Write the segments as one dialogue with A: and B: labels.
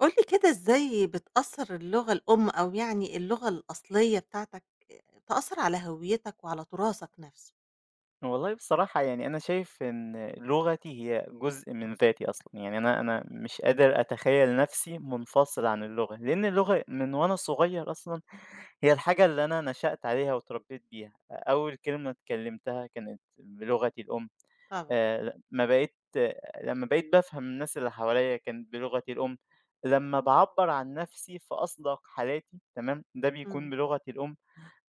A: قُل لي كده إزاي بتأثّر اللغة الأم أو يعني اللغة الأصلية بتاعتك تأثّر على هويتك وعلى تراثك نَفْسه؟
B: والله بصراحة يعني أنا شايف إن لغتي هي جزء من ذاتي أصلًا، يعني أنا مش قادر أتخيّل نفسي منفصل عن اللغة، لإن اللغة من وأنا صغير أصلًا هي الحاجة اللي أنا نشأت عليها واتربيت بيها. أول كلمة اتكلمتها كانت بلغتي الأم،
A: طبعًا.
B: ل ما بقيت لمّا بقيت بافهم الناس اللي حواليّا كانت بلغتي الأم. لمّا باعبّر عن نفسي في أصدق حالاتي تمام، ده بيكون
A: إمم،
B: بلغتي الأم.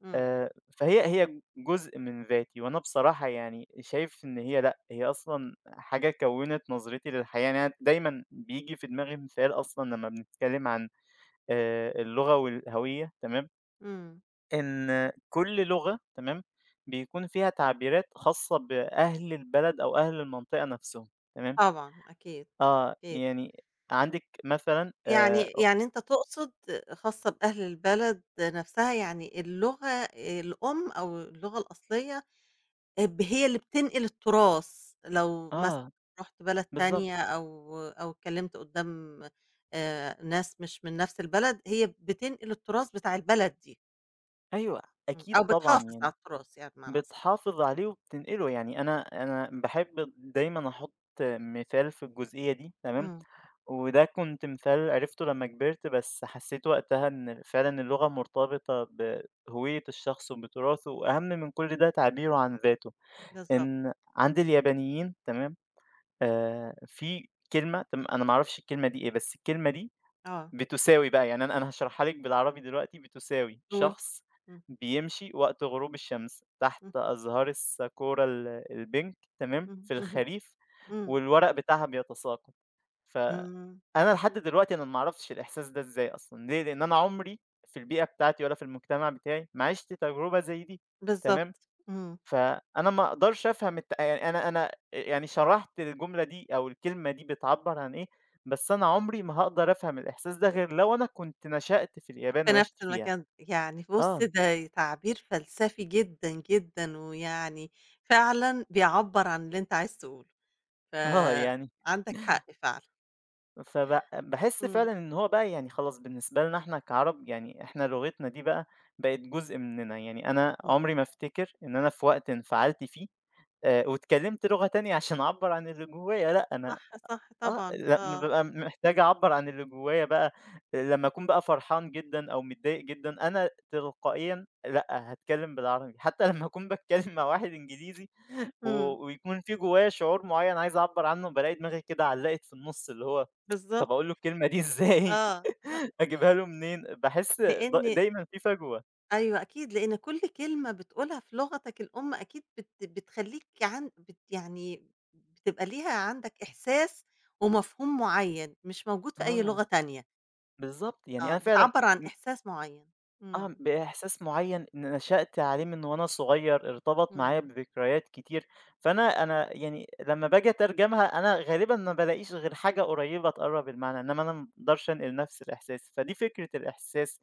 A: إمم،
B: آآ، فهي هي جزء من ذاتي، وأنا بصراحة يعني شايف إن هي لأ، هي أصلًا حاجة كوّنت نظرتي للحياة. يعني أنا دايمًا بييجي في دماغي مثال أصلًا لمّا بنتكلم عن اللغة والهوية تمام،
A: إمم،
B: إن كل لغة تمام، بيكون فيها تعبيرات خاصة بأهل البلد أو أهل المنطقة نفسهم تمام.
A: طبعًا أكيد،
B: آه،
A: أكيد.
B: يعني عندِك مثلًا
A: يعني أنت تقصد خاصة بأهل البلد نَفْسها، يعني اللغة الأم أو اللغة الأصلية ب هي اللي بتنقل التراث، لو مثلًا
B: آه،
A: رُحت بلد
B: بالضبط،
A: تانية أو اتكلمت قدّام ناس مش من نفس البلد، هي بتنقل التراث بتاع البلد دي.
B: أيوه،
A: إمم،
B: أكيد
A: أو
B: طبعًا
A: بتحافظ
B: يعني.
A: على التراث يعني بمعنى أصح.
B: بتحافظ عليه وبتنقله، يعني أنا باحب دايمًا أحُط مثال في الجزئية دي تمام،
A: إمم،
B: وده كنت مثال عرفته لمّا كبرت، بس حسيت وقتها إن فعلًا اللغة مرتبطة بهوية الشخص وبتراثه، وأهم من كل ده تعبيره عن ذاته.
A: بالضبط،
B: إن عند اليابانيين تمام، في كلمة أنا ما أعرفش الكلمة دي إيه، بس الكلمة دي
A: آه،
B: بتساوي بقى، يعني أنا هاشرحها لِك بالعربي دلوقتي، بتساوي
A: قُل.
B: شخص
A: إمم،
B: بيمشي وقت غروب الشمس تحت
A: إمم،
B: أزهار الساكورا الpink تمام،
A: إمم،
B: في
A: اهم،
B: الخريف
A: إمم،
B: والورق بتاعها بيتساقط.
A: إمم،
B: فأنا لحد دلوقتي أنا ما أعرفش الإحساس ده إزاي أصلًا، ليه؟ لأن أنا عمري في البيئة بتاعتي ولا في المجتمع بتاعي ما عِشت تجربة زي دي،
A: بالضبط،
B: تمام؟
A: إمم،
B: فأنا ما أقدرش أفهم يعني أنا يعني شرحت الجملة دي أو الكلمة دي بتعبّر عن إيه، بس أنا عمري ما هاقدر أفهم الإحساس ده غير لو أنا كنت نشأت في اليابان
A: في نفس
B: وعِشت فيها.
A: المكان، يعني بُص
B: آه.
A: ده تعبير فلسفي جدًا، جدًا، ويعني فعلًا بيعبّر عن اللي أنت عايز تقوله.
B: آه، يعني
A: فعندك حق فعلًا.
B: باحس
A: إمم.
B: فعلًا إن هو بقى يعني خلاص بالنسبة لنا إحنا كعرب، يعني إحنا لغتنا دي بقى بقت جزء مننا. يعني أنا
A: إمم.
B: عمري ما أفتكر إن أنا في وقت انفعلت فيه واتكلمت لغة تانية عشان أعبّر عن اللي جوايا، لأ أنا
A: صح، صح
B: آه،
A: طبعًا،
B: لأ
A: آه.
B: بابقى محتاج أعبّر عن اللي جوايا بقى. لمّا أكون بقى فرحان جدًا أو متضايق جدًا، أنا تلقائيًا لأ، هاتكلّم بالعربي. حتى لمّا أكون باتكلّم مع واحد إنجليزي و
A: إمم،
B: ويكون في جوايا شعور معيّن عايز أعبّر عنه، بالاقي دماغي كده علّقت في النُص، اللي هو
A: بالضبط،
B: طَب أقول له الكلمة دي إزاي؟
A: آه.
B: أجيبها له منين؟ باحس
A: لإن
B: دايمًا في فجوة.
A: أيوه أكيد، لإن كل كلمة بتقولها في لغتك الأم أكيد بتخلّيك عن يعني بتبقى ليها عندك إحساس ومفهوم معيّن مش موجود في أي
B: آه،
A: لغة تانية.
B: بالضبط، يعني
A: آه،
B: أنا فعلًا
A: بتعبّر عن إحساس معيّن.
B: آه،
A: إمم،
B: بإحساس معيّن إن نشأت عليه من وأنا صغير، ارتبط
A: إمم.
B: معايا بذكريات كتير. فأنا يعني لمّا باجي أترجمها أنا غالبًا ما بالاقيش غير حاجة قريّبة تقرّب المعنى، إنما أنا ما اقدرش أنقل نفس الإحساس. فدي فكرة الإحساس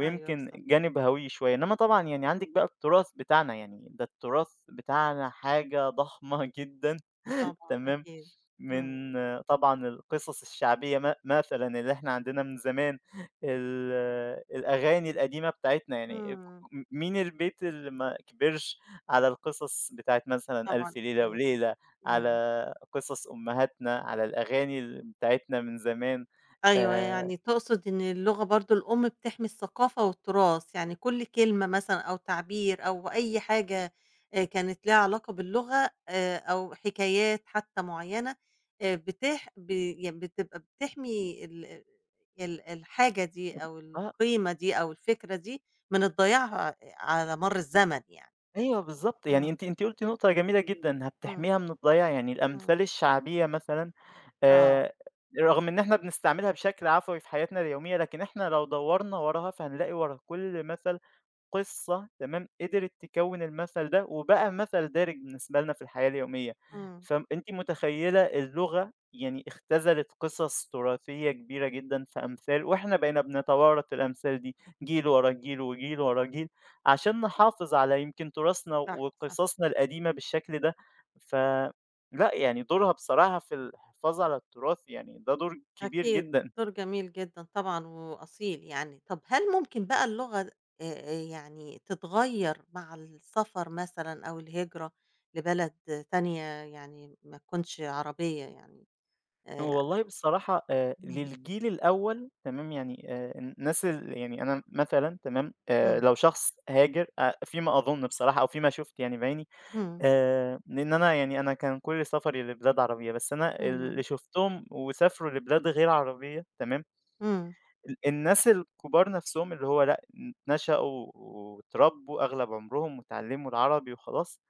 A: أيوه بالضبط،
B: جانب هويّي شوية. إنما طبعًا يعني عندِك بقى التراث بتاعنا، يعني ده التراث بتاعنا حاجة ضخمة جدًا
A: طبعًا
B: تمام.
A: أكيد. إمم،
B: من آه، طبعًا القصص الشعبية مثلًا اللي إحنا عندنا من زمان. ال الأغاني القديمة بتاعتنا يعني
A: إمم،
B: مين البيت اللي ما كبرش على القصص بتاعة مثلًا
A: طبعًا
B: ألف ليلة
A: أكيد،
B: وليلة،
A: إمم.
B: على قصص أمهاتنا، على الأغاني ال بتاعتنا من زمان.
A: أيوه،
B: آآ
A: يعني تقصد إن اللغة برضه الأم بتحمي الثقافة والتراث، يعني كل كلمة مثلًا أو تعبير أو أي حاجة كانت ليها علاقة باللغة أو حكايات حتى معيّنة بتح ب يعني بتبقى بتحمي ال ال الحاجة دي أو
B: آه،
A: القيمة دي أو الفكرة دي من الضياع على مَر الزمن يعني.
B: أيوه بالضبط، يعني
A: إمم،
B: أنتِ قلتِ نقطة جميلة جدًا، إنها
A: إمم،
B: بتحميها من الضياع. يعني
A: إمم،
B: الأمثال الشعبية مثلًا
A: آه،
B: آآ رغم إن إحنا بنستعملها بشكل عفوي في حياتنا اليومية، لكن إحنا لو دوّرنا وراها فهنلاقي ورا كل مثل قصة تمام، قدرت تكوّن المثل ده، وبقى مثل دارج بالنسبة لنا في الحياة اليومية.
A: إمم،
B: فأنتِ متخيّلة اللغة يعني اختزلت قصص تراثية كبيرة جدًا في أمثال، وإحنا بقينا بنتوارث الأمثال دي جيل ورا جيل، وجيل ورا جيل، عشان نحافظ على يمكن تراثنا
A: صح، صح.
B: وقصصنا القديمة بالشكل ده. ف لأ، يعني دورها بصراحة في الحفاظ على التراث يعني ده دور كبير
A: أكيد،
B: جدًا.
A: دور جميل جدًا طبعًا وأصيل يعني. طب هل ممكن بقى اللغة د يعني تتغيّر مع السفر مثلًا أو الهجرة لبلد تانية يعني ما تكونش عربية يعني آآ
B: والله بصراحة
A: إمم.
B: للجيل الأول تمام، يعني الناس ال يعني أنا مثلًا تمام،
A: إمم،
B: لو شخص هاجر فيما أظن بصراحة أو فيما شُفت يعني بعيني
A: إمم،
B: لإن أنا يعني أنا كان كل سفري لبلاد عربية، بس أنا
A: إمم،
B: اللي شُفتهم وسافروا لبلاد غير عربية تمام.
A: إمم،
B: الناس الكبار نفسهم اللي هو لأ، نشأوا واتربوا أغلب عمرهم واتعلموا العربي وخلاص.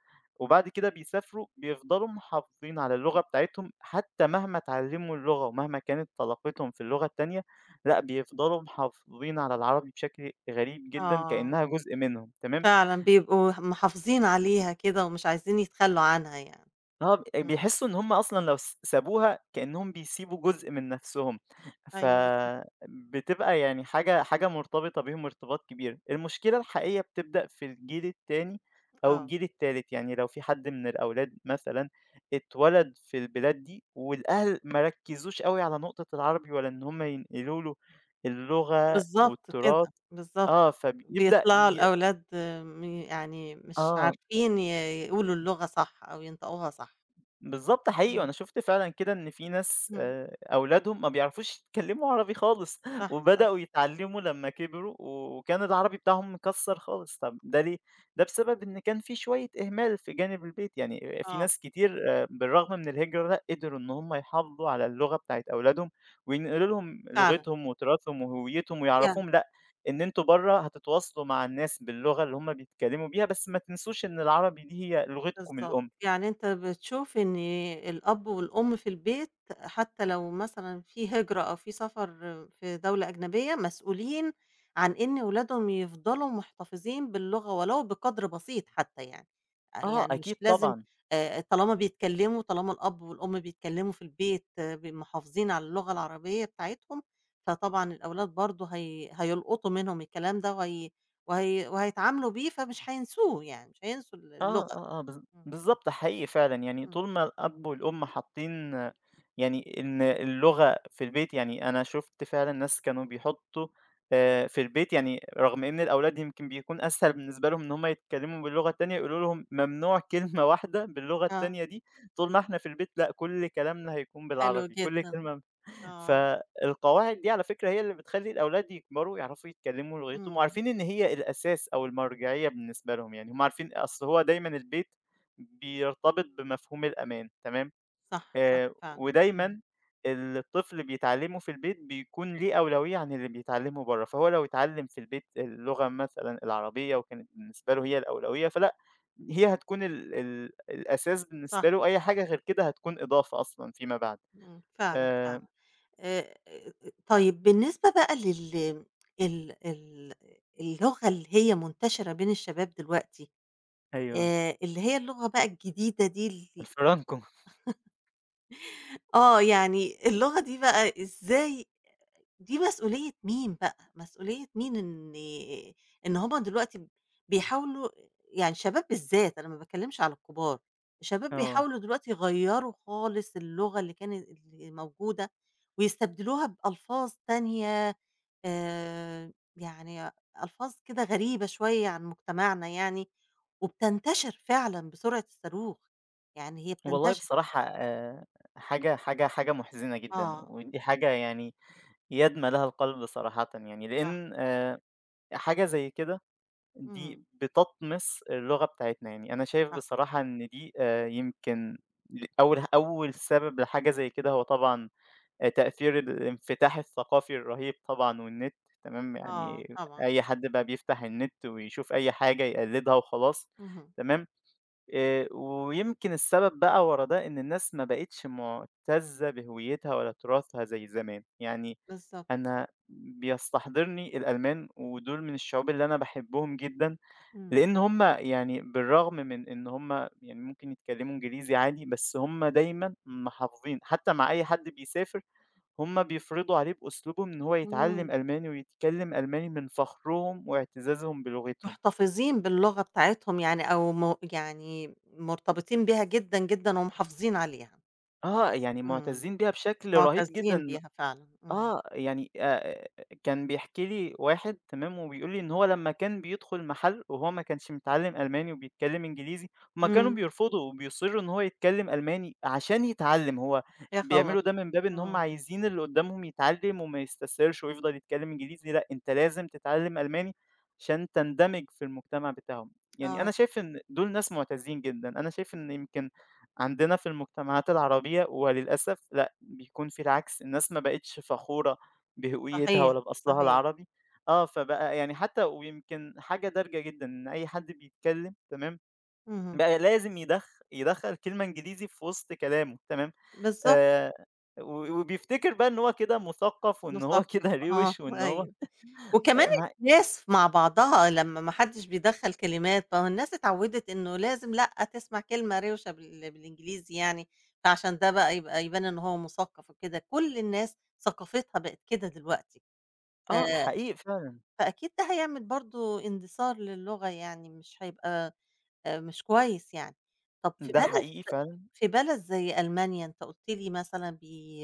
B: وبعد كده بيسافروا بيفضلوا محافظين على اللغة بتاعتهم، حتى مهما اتعلموا اللغة ومهما كانت طلاقتهم في اللغة التانية، لأ، بيفضلوا محافظين على العربي بشكل غريب جدًا
A: آه،
B: كأنها جزء منهم، تمام؟
A: فعلًا بيبقوا محافظين عليها كده ومش عايزين يتخلّوا عنها يعني.
B: آه،
A: إمم،
B: بيحسّوا إن هُم أصلًا لو سابوها كإنّهم بيسيبوا جزء من نَفْسهم،
A: أيوه بالضبط،
B: فبتبقى يعني حاجة مرتبطة بيهم ارتباط كبير. المشكلة الحقيقية بتبدأ في الجيل التاني أو
A: آه.
B: الجيل التالت. يعني لو في حد من الأولاد مثلًا اتولد في البلاد دي والأهل ما ركّزوش أوي على نقطة العربي ولا إن هُم ينقلوا له اللغة
A: بالضبط
B: والتراث
A: كده، بالضبط.
B: آه، فبيبدأ
A: بيطلعوا الأولاد يعني مش
B: آه.
A: عارفين يقولوا اللغة صح أو ينطقوها صح.
B: بالضبط حقيقي،
A: إمم،
B: وأنا شُفت فعلًا كده إن في ناس
A: إمم،
B: أولادهم ما بيعرفوش يتكلموا عربي خالص،
A: صح، صح،
B: وبدأوا يتعلموا لمّا كبروا، وكان العربي بتاعهم مكسّر خالص، طَب ده ليه؟ ده بسبب إن كان في شوية إهمال في جانب البيت. يعني في
A: آه،
B: ناس كتير بالرغم من الهجرة لأ، قدروا إن هم يحافظوا على اللغة بتاعة أولادهم، وينقلوا لهم
A: فعلًا.
B: لغتهم وتراثهم وهويتهم، ويعرفوهم لأ، إن أنتم برّه هتتواصلوا مع الناس باللغة اللي هم بيتكلموا بيها، بس ما تنسوش إن العربي دي هي لغتكم
A: بالضبط،
B: الأم.
A: يعني أنت بتشوف إن الأب والأم في البيت حتى لو مثلًا في هجرة أو في سفر في دولة أجنبية، مسؤولين عن إن ولادهم يفضلوا محتفظين باللغة ولو بقدر بسيط حتى يعني،
B: آه،
A: يعني مش
B: أكيد
A: لازم
B: طبعًا.
A: طالما بيتكلموا طالما الأب والأم بيتكلموا في البيت محافظين على اللغة العربية بتاعتهم، فطبعًا الأولاد برضه هيلقطوا منهم الكلام ده وهيتعاملوا بيه، فمش هينسوه يعني، مش هينسوا
B: آه،
A: اللغة.
B: آه، آه،
A: إمم.
B: بالضبط حقيقي فعلًا، يعني
A: إمم.
B: طول ما الأب والأم حاطين آه، يعني إن اللغة في البيت، يعني أنا شُفت فعلًا ناس كانوا بيحطّوا في البيت، يعني رغم إن الأولاد يمكن بيكون أسهل بالنسبة لهم إن هم يتكلموا باللغة التانية، يقولوا لهم ممنوع كلمة واحدة باللغة
A: آه،
B: التانية دي، طول ما إحنا في البيت لأ، كل كلامنا هيكون
A: حلو
B: بالعربي، كل
A: جدًا،
B: كلمة
A: آه،
B: فالقواعد دي على فكرة هي اللي بتخلّي الأولاد يكبروا يعرفوا يتكلموا لغتهم،
A: إمم،
B: وعارفين إن هي الأساس أو المرجعية بالنسبة لهم. يعني هُم عارفين أصل هو دايمًا البيت بيرتبط بمفهوم الأمان تمام،
A: صح، صح فعلًا، إمم،
B: ودايمًا الطفل بيتعلمه في البيت بيكون ليه أولوية عن اللي بيتعلمه برّه، فهو لو اتعلم في البيت اللغة مثلًا العربية وكانت بالنسبة له هي الأولوية، فلأ هي هتكون ال ال الأساس بالنسبة
A: صح
B: له، أي
A: فعلًا،
B: حاجة غير كده هتكون إضافة أصلًا فيما بعد.
A: إمم، فعلًا،
B: آآ
A: فعلًا، آآ، طيب بالنسبة بقى لل ال ال اللغة اللي هي منتشرة بين الشباب دلوقتي،
B: أيوه.
A: اللي هي اللغة بقى الجديدة دي
B: الفرانكو
A: آه، يعني اللغة دي بقى إزاي، دي مسؤولية مين بقى، مسؤولية مين إن هُم دلوقتي بيحاولوا يعني شباب بالذات، أنا ما باتكلمش على الكبار، الشباب
B: آه.
A: بيحاولوا دلوقتي يغيّروا خالص اللغة اللي موجودة ويستبدلوها بألفاظ تانية، يعني ألفاظ كده غريبة شوية عن مجتمعنا يعني، وبتنتشر فعلًا بسرعة الصاروخ، يعني هي
B: والله
A: بتنتشر.
B: بصراحة حاجة محزنة جدًا،
A: آه،
B: ودي حاجة يعني يدمى لها القلب صراحةً، يعني
A: صح،
B: لإن حاجة زي كده
A: إمم،
B: دي بتطمس اللغة بتاعتنا. يعني أنا شايف
A: صح،
B: بصراحة إن دي يمكن أول سبب لحاجة زي كده هو طبعًا تأثير الانفتاح الثقافي الرهيب طبعًا والنت تمام،
A: آه
B: يعني
A: طبعًا،
B: أي حد بقى بيفتح النت ويشوف أي حاجة يقلدها وخلاص
A: اهم،
B: تمام. ويمكن السبب بقى ورا ده إن الناس ما بقِتش مُعتزّة بهويتها ولا تراثها زي زمان. يعني
A: بالضبط.
B: أنا بيستحضرني الألمان ودول من الشعوب اللي أنا باحبهم جدًا،
A: إمم،
B: لإن هُم يعني بالرغم من إن هُم يعني ممكن يتكلموا إنجليزي عادي، بس هُم دايمًا محافظين، حتى مع أي حد بيسافر هُم بيفرضوا عليه بأسلوبهم إن هو
A: إمم،
B: يتعلم ألماني ويتكلم ألماني من فخرهم واعتزازهم بلغتهم.
A: محتفظين باللغة بتاعتهم يعني أو م يعني مرتبطين بيها جدًا، جدًا ومحافظين عليها.
B: آه، يعني
A: إمم،
B: مُعتزين بيها بشكل رهيب
A: معتزين
B: جدًا.
A: بيها فعلًا، إمم،
B: آه، يعني كان بيحكي لي واحد تمام، وبيقول لي إن هو لمّا كان بيدخل محل وهو ما كانش متعلّم ألماني وبيتكلّم إنجليزي، هُم كانوا
A: إمم،
B: بيرفضوا وبيصرّوا إن هو يتكلّم ألماني عشان يتعلّم. هو
A: يا خبر!
B: بيعملوا ده من باب إن هُم
A: إمم،
B: عايزين اللي قدّامهم يتعلّم وما يستسهلش ويفضل يتكلّم إنجليزي، لأ أنت لازم تتعلّم ألماني عشان تندمج في المجتمع بتاعهم. يعني أنا
A: آه،
B: شايف إن دول ناس مُعتزين جدًا، أنا شايف إن يمكن عندنا في المجتمعات العربية وللأسف لأ، بيكون في العكس، الناس ما بقِتش فخورة بهويتها
A: صحيح،
B: ولا بأصلها
A: صحيح،
B: العربي آه. فبقى يعني حتى ويمكن حاجة دارجة جدًا إن أي حد بيتكلّم تمام،
A: اهم،
B: بقى لازم يدخّل كلمة إنجليزي في وسط كلامه تمام،
A: بالضبط،
B: آآ و وبيفتكر بقى إن هو كده مثقّف وإن هو
A: مثقف،
B: كده
A: آه،
B: روِش وإن هو
A: أيوه. وكمان
B: ما
A: الناس مع بعضها لمّا ما حدّش بيدخّل كلمات، ما هو الناس اتعوّدت إنه لازم لأ، تسمع كلمة روشة بالإنجليزي يعني، فعشان ده بقى يبقى يبان إن هو مثقّف وكده، كل الناس ثقافتها بقت كده دلوقتي. ف
B: آه، حقيقي فعلًا،
A: فأكيد ده هيعمل برضه اندثار للغة، يعني مش هيبقى مش كويس يعني. طَب
B: ده حقيقي فعلًا،
A: في بلد زي ألمانيا أنت قُلت لي مثلًا بي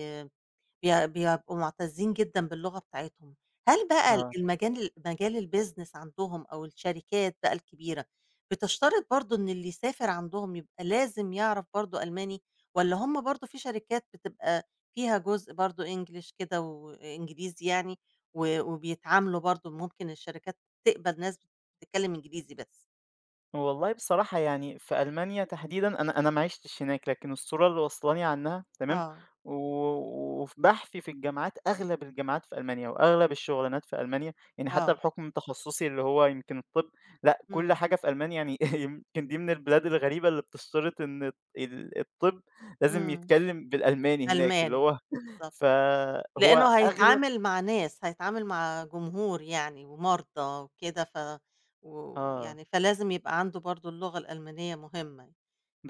A: بي بيبقوا مُعتزّين جدًا باللغة بتاعتهم. هل بقى ال
B: آه.
A: المجال مجال الbusiness عندهم أو الشركات بقى الكبيرة، بتشترط برضه إن اللي يسافر عندهم يبقى لازم يعرف برضه ألماني، والّا هم برضه في شركات بتبقى فيها جزء برضه English كده وإنجليزي يعني، و وبيتعاملوا برضه ممكن الشركات تقبل ناس بتتكلم إنجليزي بس؟
B: والله بصراحة يعني في ألمانيا تحديدًا أنا ما عِشتش هناك، لكن الصورة اللي واصلاني عنها تمام،
A: آه،
B: و وفي بحثي في الجامعات أغلب الجامعات في ألمانيا وأغلب الشغلانات في ألمانيا، يعني حتى
A: آه،
B: بحكم تخصصي اللي هو يمكن الطب، لأ كل
A: إمم،
B: حاجة في ألمانيا يعني يمكن دي من البلاد الغريبة اللي بتشترط إن الطب لازم
A: إمم،
B: يتكلم بالألماني هناك، اللي
A: ألماني،
B: هو
A: بالضبط.
B: فهو
A: لإنه
B: أغلب
A: هيتعامل مع ناس، هيتعامل مع جمهور يعني ومرضى وكده،
B: آه.
A: ويعني فلازم يبقى عنده برضه اللغة الألمانية مهمة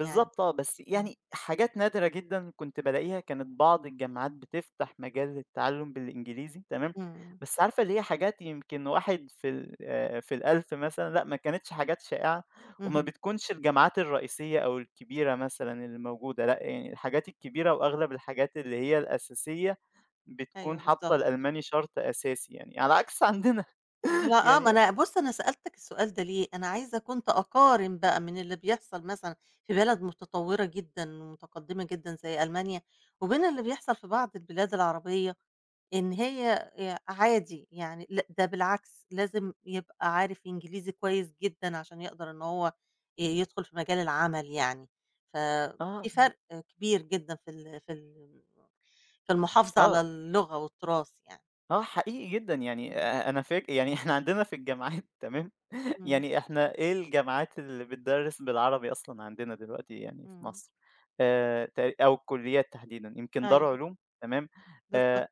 A: يعني.
B: آه، بس
A: إمم،
B: يعني حاجات نادرة جدًا كنت بالاقيها، كانت بعض الجامعات بتفتح مجال للتعلُّم بالإنجليزي تمام،
A: إمم،
B: بس عارفة اللي هي حاجات يمكن واحد في ال في ال1000 مثلًا، لأ ما كانتش حاجات شائعة وما
A: اهم،
B: بتكونش الجامعات الرئيسية أو الكبيرة مثلًا اللي موجودة. لأ يعني الحاجات الكبيرة وأغلب الحاجات اللي هي الأساسية
A: أيوه
B: بتكون حاطة
A: بالضبط.
B: الألماني شرط أساسي يعني، على عكس عندنا
A: بلا آه، ما
B: يعني
A: أنا بُص أنا سألتك السؤال ده ليه، أنا عايزة كنت أقارن بقى من اللي بيحصل مثلًا في بلد متطورة جدًا ومتقدمة جدًا زي ألمانيا، وبين اللي بيحصل في بعض البلاد العربية، إن هي عادي، يعني لأ ده بالعكس، لازم يبقى عارف إنجليزي كويس جدًا عشان يقدر إن هو يدخل في مجال العمل يعني، ففي
B: آه،
A: فرق كبير جدًا في ال في ال في المحافظة
B: آه،
A: على اللغة والتراث يعني.
B: آه حقيقي جدًا يعني
A: إمم،
B: أنا فاك يعني إحنا عندنا في الجامعات تمام،
A: إمم،
B: يعني إحنا إيه الجامعات اللي بتدرّس بالعربي أصلًا عندنا دلوقتي يعني في
A: إمم،
B: مصر؟ أو الكليات تحديدًا، يمكن دار
A: أيوه
B: علوم تمام،
A: بالضبط،
B: آآ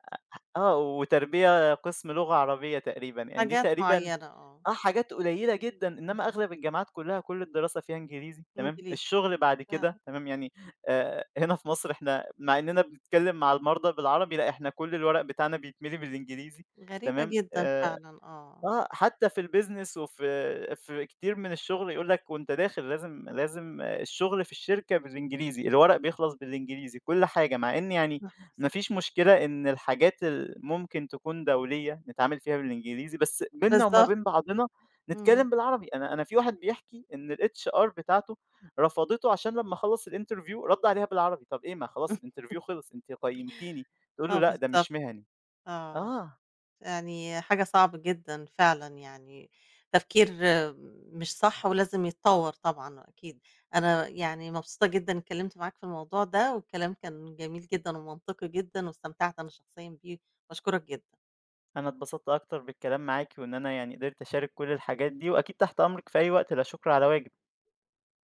B: آه، وتربية قسم لغة عربية تقريبًا، يعني دي
A: حاجات
B: تقريبًا
A: معيّنة آه،
B: آه، حاجات قليلة جدًا. إنما
A: اهم،
B: أغلب الجامعات كلّها كل الدراسة فيها إنجليزي تمام،
A: إنجليزي
B: الشغل بعد كده
A: فعلًا،
B: تمام. يعني هنا في مصر إحنا مع إننا بنتكلّم مع المرضى بالعربي، لأ إحنا كل الورق بتاعنا بيتملي بالإنجليزي
A: غريبة
B: تمام.
A: جدًا فعلًا آه،
B: آه، حتى في الbusiness في كتير من الشغل يقول لك وأنت داخل لازم الشغل في الشركة بالإنجليزي، الورق بيخلص بالإنجليزي، كل حاجة، مع إن يعني
A: صح،
B: ما
A: صح،
B: فيش مشكلة إن الحاجات ال ممكن تكون دولية نتعامل فيها بالإنجليزي، بس بيننا وما
A: بالضبط،
B: بين بعضنا
A: اهم،
B: نتكلم بالعربي. أنا في واحد بيحكي إن الHR بتاعته رفضته عشان لمّا خلّص الinterview رد عليها بالعربي، طَب إيه ما خلاص الinterview خلص أنتِ قيّمتيني، تقول
A: آه
B: له لأ ده
A: بالضبط،
B: مش مهني،
A: آه.
B: آه.
A: يعني حاجة صعبة جدًا فعلًا يعني، تفكير آه، مش صح ولازم يتطور طبعًا أكيد. أنا يعني مبسوطة جدًا اتكلمت معاك في الموضوع ده، والكلام كان جميل جدًا ومنطقي جدًا واستمتعت أنا شخصيًا بيه، باشكرك جدًا.
B: أنا اتبسطت أكتر بالكلام معاكِ، وإن أنا يعني قدرت أشارك كل الحاجات دي، وأكيد تحت أمرِك في أي وقت، لا شكر على واجب.